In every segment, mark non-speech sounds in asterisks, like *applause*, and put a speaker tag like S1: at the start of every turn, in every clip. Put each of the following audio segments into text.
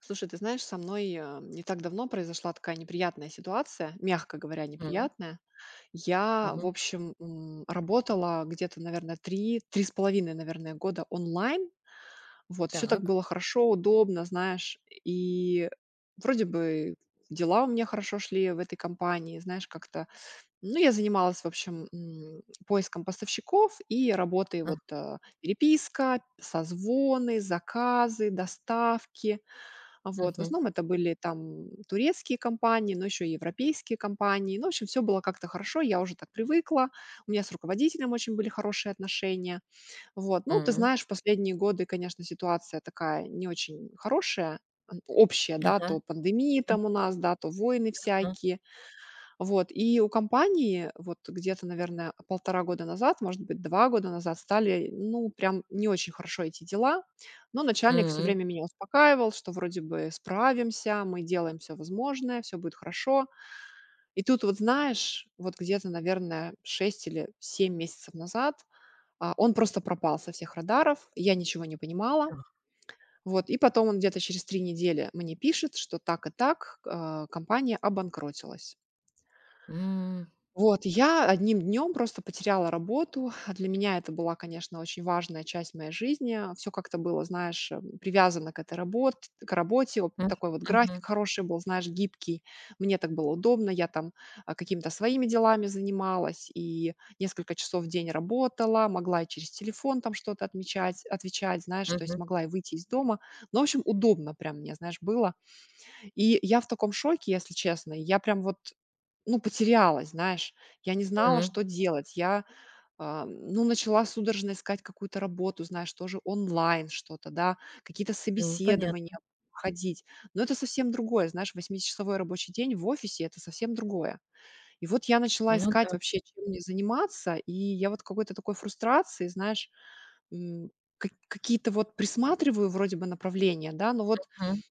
S1: Слушай, ты знаешь, со мной не так давно произошла такая неприятная ситуация, мягко говоря,
S2: М,
S1: неприятная. Я, в
S2: мгм.
S1: общем, работала где-то, наверное, 3,5, наверное, года онлайн. Вот, все так
S2: Так.
S1: было хорошо, удобно, знаешь, и вроде бы дела у меня хорошо шли в этой компании, знаешь, как-то. Ну, я занималась, в общем, поиском поставщиков и работой
S2: А,
S1: вот переписка, созвоны, заказы, доставки, вот, в
S2: мгм,
S1: основном это были там турецкие компании, но еще и европейские компании. Ну, в общем, все было как-то хорошо, я уже так привыкла. У меня с руководителем очень были хорошие отношения. Вот, ну, ты
S2: м.
S1: знаешь, в последние годы, конечно, ситуация такая не очень хорошая, общая, да,
S2: Ага.
S1: то пандемии
S2: М,
S1: там у нас, да, то войны
S2: ага.
S1: всякие, вот, и у компании вот где-то, наверное, полтора года назад, может быть, 2 года назад стали, ну, прям не очень хорошо идти дела. Но начальник все
S2: М.
S1: время меня успокаивал, что вроде бы справимся, мы делаем все возможное, все будет хорошо. И тут вот, знаешь, вот где-то, наверное, 6 или 7 месяцев назад, он просто пропал со всех радаров, я ничего не понимала.
S2: Ах.
S1: Вот, и потом он где-то через 3 недели мне пишет, что так и так, компания обанкротилась.
S2: М.
S1: Вот, я одним днем просто потеряла работу. *laughs* Для меня это была, конечно, очень важная часть моей жизни. Все как-то было, знаешь, привязано к этой работе, к работе. Вот
S2: М.
S1: такой вот график хороший был, знаешь, гибкий. Мне так было удобно. Я там какими-то своими делами занималась и несколько часов в день работала. Могла и через телефон там что-то отмечать, отвечать, знаешь,
S2: Мгм,
S1: то есть
S2: мгм,
S1: могла и выйти из дома. Ну, в общем, удобно прям мне, знаешь, было. И я в таком шоке, если честно. Я прям вот ну, потерялась, знаешь. Я не знала,
S2: м,
S1: что делать. Я, ну, начала судорожно искать какую-то работу, знаешь, тоже онлайн что-то, да, какие-то
S2: м.
S1: собеседования
S2: Понятно.
S1: ходить. Но это совсем другое, знаешь, восьмичасовой рабочий день в офисе– это совсем другое. И вот я начала
S2: Ну да.
S1: искать вообще, чем мне заниматься, и я вот какой-то такой фрустрации, знаешь, м, какие-то вот присматриваю вроде бы направления, да, но вот
S2: М,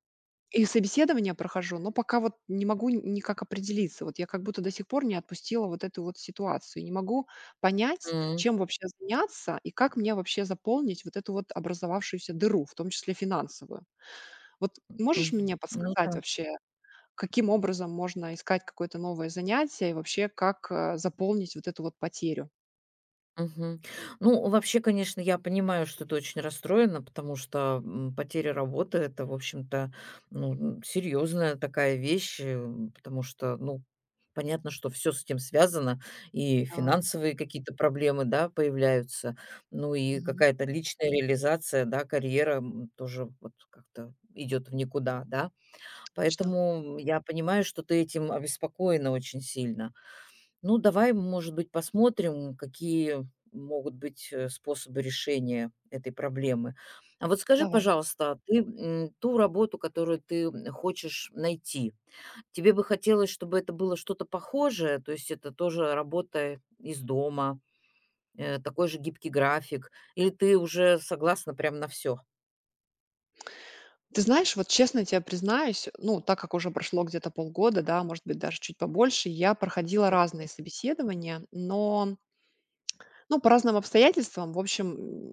S1: и собеседование прохожу, но пока вот не могу никак определиться. Вот я как будто до сих пор не отпустила вот эту вот ситуацию. Не могу понять,
S2: м.
S1: чем вообще заняться и как мне вообще заполнить вот эту вот образовавшуюся дыру, в том числе финансовую. Вот можешь
S2: Мгм.
S1: мне
S2: Ну
S1: подсказать
S2: да.
S1: вообще, каким образом можно искать какое-то новое занятие и вообще как заполнить вот эту вот потерю?
S2: Мгм. Ну, вообще, конечно, я понимаю, что ты очень расстроена, потому что, потеря работы — это, в общем-то, ну, серьезная такая вещь, потому что, ну, понятно, что все с этим связано, и
S1: Да,
S2: финансовые какие-то проблемы, да, появляются, ну, и
S1: мгм,
S2: какая-то личная реализация, да, карьера, тоже вот как-то идет в никуда, да.
S1: точно.
S2: Поэтому я понимаю, что ты этим обеспокоена очень сильно. Ну, давай, может быть, посмотрим, какие могут быть, способы решения этой проблемы. А вот скажи,
S1: Давай.
S2: пожалуйста, а ты, ту работу, которую ты, хочешь найти, тебе бы хотелось, чтобы это было что-то похожее, то есть это тоже работа из дома, такой же гибкий график, или ты уже согласна прям на все?
S1: Ты знаешь, вот честно тебе признаюсь, ну, так как уже прошло где-то полгода, да, может быть, даже чуть побольше, я проходила разные собеседования, но, ну, по разным обстоятельствам, в общем,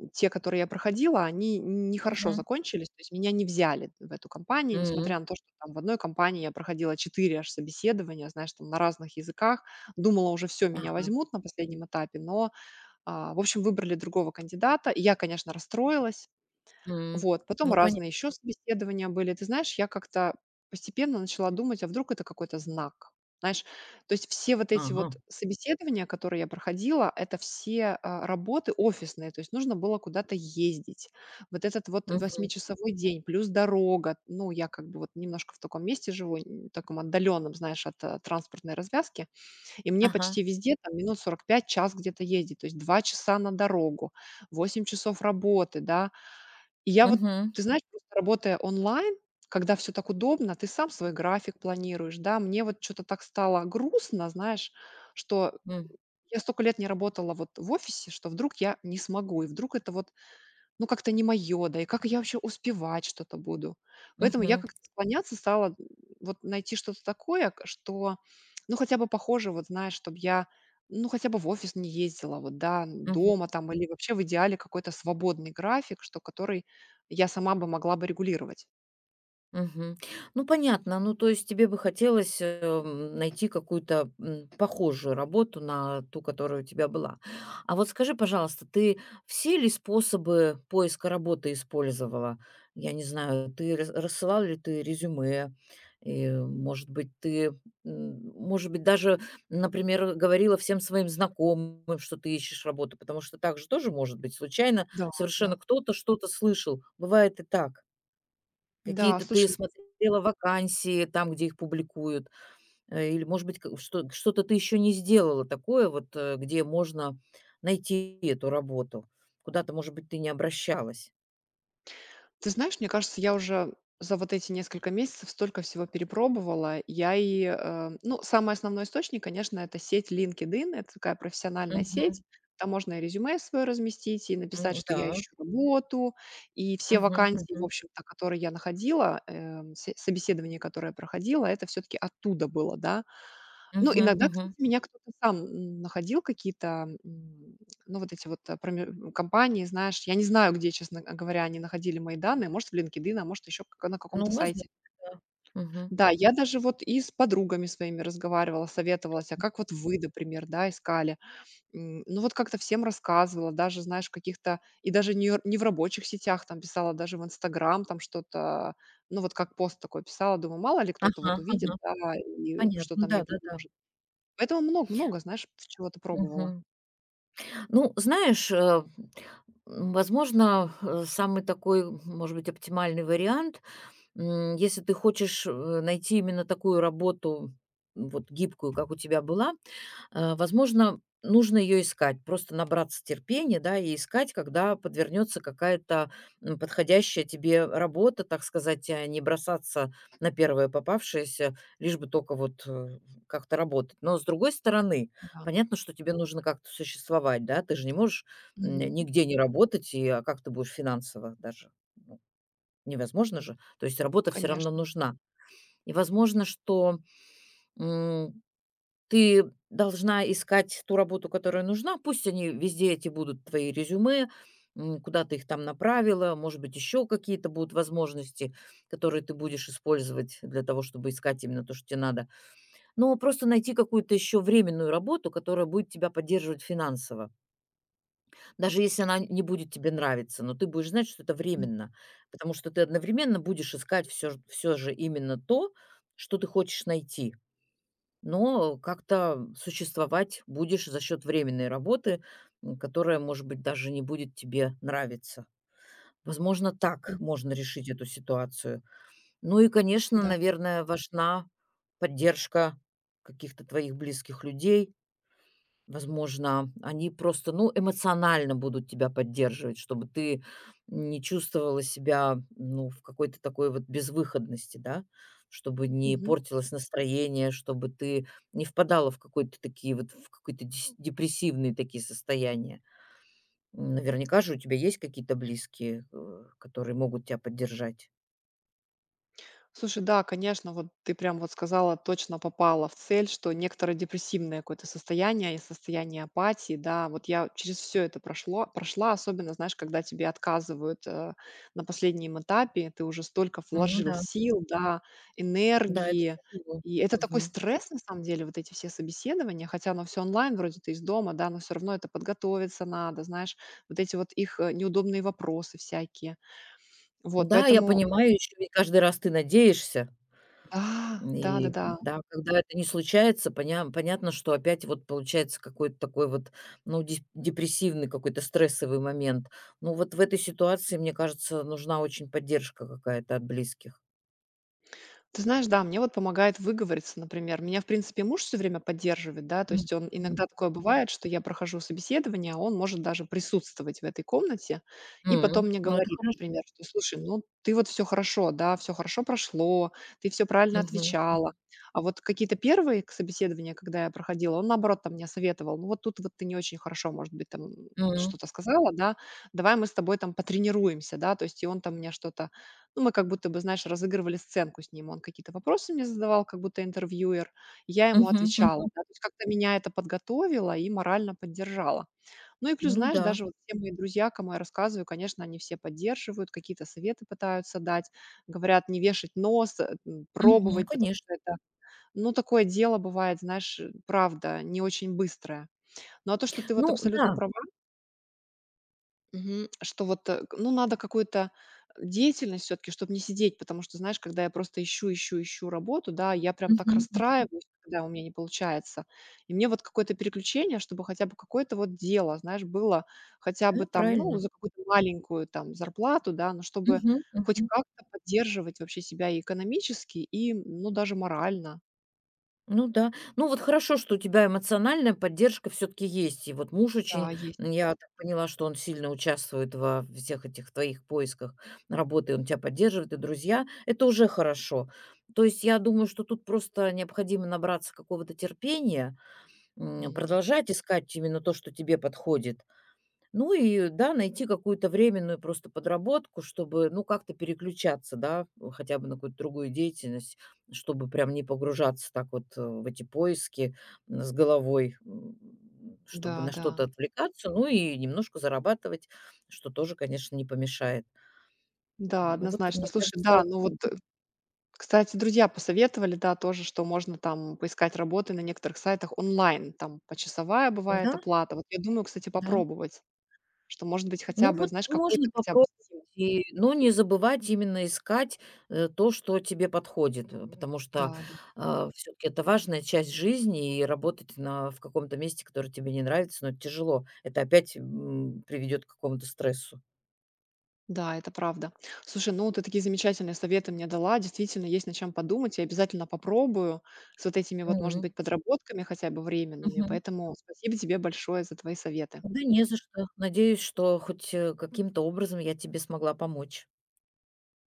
S1: те, которые я проходила, они нехорошо
S2: Мгм.
S1: закончились, то есть меня не взяли в эту компанию, несмотря
S2: М.
S1: на то, что там в одной компании я проходила 4 аж собеседования, знаешь, там на разных языках, думала уже все, меня
S2: Ага.
S1: возьмут на последнем этапе, но, в общем, выбрали другого кандидата, и я, конечно, расстроилась,
S2: М.
S1: вот, потом
S2: Ну, понятно.
S1: разные еще собеседования были. Ты знаешь, я как-то постепенно начала думать, а вдруг это какой-то знак. Знаешь, то есть все вот эти
S2: Ага.
S1: вот собеседования, которые я проходила, это все работы офисные, то есть нужно было куда-то ездить. Вот этот вот
S2: Мгм.
S1: восьмичасовой день плюс дорога, ну, я как бы вот немножко в таком месте живу, таком отдаленном, знаешь, от транспортной развязки, и мне
S2: Ага.
S1: почти везде там минут 45, час где-то ездить, то есть 2 часа на дорогу, 8 часов работы, да, и я вот,
S2: Мгм.
S1: ты знаешь, просто работая онлайн, когда все так удобно, ты сам свой график планируешь, да. Мне вот что то так стало грустно, знаешь, что
S2: М.
S1: я столько лет не работала вот в офисе, что вдруг я не смогу, и вдруг это вот ну, как-то не моё, да и как я вообще успевать что-то буду? Поэтому я
S2: Мгм.
S1: как-то склоняться стала, вот найти что-то такое, к что, ну, хотя бы похоже, вот знаешь, чтобы я, ну, хотя бы в офис не ездила, вот, да,
S2: Мгм.
S1: дома там или вообще в идеале какой-то свободный график, что который я сама бы могла бы регулировать.
S2: Мгм. Ну, понятно. Ну, то есть тебе бы хотелось, найти какую-то, похожую работу на ту, которая у тебя была. А вот скажи, пожалуйста, ты все ли способы поиска работы использовала? Я не знаю, ты рассылала ли ты резюме? И, может быть, ты, может быть, даже, например, говорила всем своим знакомым, что ты ищешь работу, потому что так же тоже может быть случайно
S1: Да, да.
S2: совершенно кто-то что-то слышал. Бывает и так.
S1: Да,
S2: Какие-то ты
S1: слушай.
S2: смотрела вакансии там, где их публикуют, или, может быть, к что что-то ты еще не сделала такое вот, где можно найти эту работу. Куда-то, может быть, ты не обращалась.
S1: Ты знаешь, мне кажется, я уже за вот эти несколько месяцев столько всего перепробовала. Ну, самый основной источник, конечно, это сеть LinkedIn. Это такая профессиональная сеть.
S2: Мгм.
S1: Там можно и резюме свое разместить, и написать,
S2: Ну
S1: что
S2: да.
S1: я ищу работу, и все
S2: Мгм,
S1: вакансии, в
S2: мгм.
S1: общем-то, которые я находила, собеседование, которое я проходила, это все-таки оттуда было, да. Ну,
S2: Мгм,
S1: иногда, кстати,
S2: мгм.
S1: меня кто-то сам, находил, какие-то, ну, вот эти вот, компании, знаешь. Я не знаю, где, честно, говоря, они находили мои данные. Может, в LinkedIn, а может, еще как на
S2: Ну,
S1: каком-то
S2: возможно,
S1: сайте.
S2: да. Мгм.
S1: Да, я даже вот и с подругами своими разговаривала, советовалась, а как вот вы, например, да, искали. Ну, вот как-то всем рассказывала, даже, знаешь, в каких-то и даже не в рабочих сетях там писала, даже в "Инстаграм" там что-то, ну, вот как пост такой писала. Думаю, мало ли кто-то
S2: Ага,
S1: вот увидит,
S2: ага.
S1: да, и что-то
S2: Понятно.
S1: мне
S2: Да-да-да.
S1: предложит. Поэтому много-много, знаешь, чего то пробовала.
S2: Мгм. Ну, знаешь, возможно, самый такой, может быть, оптимальный вариант — если ты хочешь, найти именно такую работу, вот гибкую, как у тебя была, возможно, нужно ее искать. Просто набраться терпения, да, и искать, когда подвернется какая-то, подходящая тебе работа, так сказать, а не бросаться на первое попавшееся, лишь бы только вот, как-то работать. Но, с другой стороны,
S1: Да.
S2: понятно, что тебе нужно как-то существовать, да. Ты же не можешь,
S1: Мгм.
S2: нигде не работать, и, а как ты будешь финансово даже, ну, невозможно же. То есть работа все равно
S1: Конечно.
S2: нужна. И возможно, что, м, ты должна искать ту работу, которая нужна. Пусть они везде эти будут твои резюме, куда ты их там направила. Может быть, еще какие-то будут возможности, которые ты будешь использовать для того, чтобы искать именно то, что тебе надо. Но просто найти какую-то еще временную работу, которая будет тебя поддерживать финансово. Даже если она не будет тебе нравиться, но ты будешь знать, что это
S1: М.
S2: временно, потому что ты одновременно будешь искать все ж же именно то, что ты хочешь найти, но как-то существовать будешь за счет временной работы, которая, может быть, даже не будет тебе нравиться. Возможно, так
S1: М.
S2: можно решить эту ситуацию. Ну и, конечно,
S1: Да.
S2: наверное, важна поддержка каких-то твоих близких людей. Возможно, они просто, ну, эмоционально будут тебя поддерживать, чтобы ты не чувствовала себя, ну, в какой-то такой вот безвыходности, да, чтобы не
S1: Мгм.
S2: портилось настроение, чтобы ты не впадала в какой-то такие вот, в какой-то депрессивные такие состояния. Наверняка же у тебя есть какие-то близкие, которые могут тебя поддержать.
S1: Слушай, да, конечно, вот ты прям вот сказала, точно попала в цель, что некоторое депрессивное какое-то состояние и состояние апатии, да, вот я через все это прошла, особенно, знаешь, когда тебе отказывают на последнем этапе, ты уже столько
S2: Ну
S1: вложил
S2: да,
S1: сил, да,
S2: да, это
S1: энергии,
S2: тяжело.
S1: и это такой
S2: Мгм.
S1: стресс, на самом деле, вот эти все собеседования, хотя оно все онлайн, вроде ты из дома, да, но все равно это подготовиться надо, знаешь, вот эти вот их неудобные вопросы всякие. Вот,
S2: Да, я
S1: поэтому,
S2: понимаю, еще и каждый раз ты надеешься.
S1: да, да, да,
S2: И
S1: да.
S2: да, когда это не случается, понятно, что опять вот получается какой-то такой вот, ну, дес депрессивный какой-то стрессовый момент. Ну, вот в этой ситуации, мне кажется, нужна очень поддержка какая-то от близких.
S1: Ты знаешь, да, мне вот помогает выговориться, например. Меня, в принципе, муж все время поддерживает, да, то
S2: Мгм.
S1: есть он иногда такое бывает, что я прохожу собеседование, а он может даже присутствовать в этой комнате, и потом
S2: М.
S1: мне
S2: Ну, это
S1: говорит,
S2: хорошо.
S1: например, что: "Слушай, ну ты вот все хорошо, да, все хорошо прошло, ты все правильно
S2: Мгм.
S1: отвечала". А вот какие-то первые к собеседования, когда я проходила, он, наоборот, там мне советовал: "Ну вот тут вот ты не очень хорошо, может быть, там
S2: М.
S1: что-то сказала, да, давай мы с тобой там потренируемся", да, то есть и он там мне что-то ну, мы как будто бы, знаешь, разыгрывали сценку с ним. Он какие-то вопросы мне задавал, как будто интервьюер, я ему
S2: Мгм,
S1: отвечала.
S2: мгм.
S1: Да, то есть как-то меня это подготовило и морально поддержало. Ну и плюс,
S2: Ну
S1: знаешь,
S2: да.
S1: даже вот все мои друзья, кому я рассказываю, конечно, они все поддерживают, какие-то советы пытаются дать, говорят не вешать нос, пробовать,
S2: Мгм.
S1: потому что
S2: Конечно.
S1: это, ну, такое дело бывает, знаешь, правда, не очень быстрое. Ну, а то, что ты вот
S2: Ну
S1: абсолютно
S2: да.
S1: права. Мгм. Что вот, э, к ну, надо какую-то деятельность все таки чтобы не сидеть, потому что, знаешь, когда я просто ищу, ищу, ищу работу, да, я прям так
S2: Мгм, мгм.
S1: расстраиваюсь, когда у меня не получается. И мне вот какое-то переключение, чтобы хотя бы какое-то вот дело, знаешь, было хотя бы
S2: Да,
S1: там, ну,
S2: правильно.
S1: за какую-то маленькую там зарплату, да, но чтобы
S2: Мгм,
S1: хоть
S2: мгм.
S1: как-то поддерживать вообще себя и экономически, и, ну, даже морально.
S2: Ну да. Ну вот хорошо, что у тебя эмоциональная поддержка все таки есть. И вот муж
S1: Да,
S2: очень,
S1: есть.
S2: я так поняла, что он сильно участвует во всех этих твоих поисках работы, он тебя поддерживает, и друзья. Это уже хорошо. То есть я думаю, что тут просто необходимо набраться какого-то терпения,
S1: М.
S2: продолжать искать именно то, что тебе подходит. Ну и да, найти какую-то временную просто подработку, чтобы, ну, как-то переключаться, да, хотя бы на какую-то другую деятельность, чтобы прям не погружаться так вот в эти поиски с головой, чтобы
S1: Да,
S2: на
S1: да.
S2: что-то отвлекаться, ну и немножко зарабатывать, что тоже, конечно, не помешает.
S1: Да,
S2: Ну вот,
S1: однозначно.
S2: мне
S1: Слушай, да,
S2: кажется,
S1: ну вот кстати, друзья посоветовали, да, тоже, что можно там поискать работы на некоторых сайтах онлайн, там почасовая
S2: да,
S1: бывает оплата. Вот я думаю, кстати,
S2: да.
S1: попробовать, что, может быть, хотя
S2: Ну
S1: бы,
S2: вот
S1: знаешь, какой-то
S2: можно
S1: хотя бы
S2: попробовать,
S1: стимул.
S2: и но не забывать именно искать, то, что тебе подходит, потому что,
S1: Да, да.
S2: все таки это важная часть жизни, и работать на в каком-то месте, которое тебе не нравится, но это тяжело. Это опять, приведет к какому-то стрессу.
S1: Да, это правда. Слушай, ну ты такие замечательные советы мне дала. Действительно, есть над чем подумать. Я обязательно попробую с вот этими вот, может
S2: Мгм.
S1: быть, подработками хотя бы временными.
S2: Мгм.
S1: Поэтому спасибо тебе большое за твои советы.
S2: Да не за что. Надеюсь, что хоть, каким-то образом я тебе смогла помочь.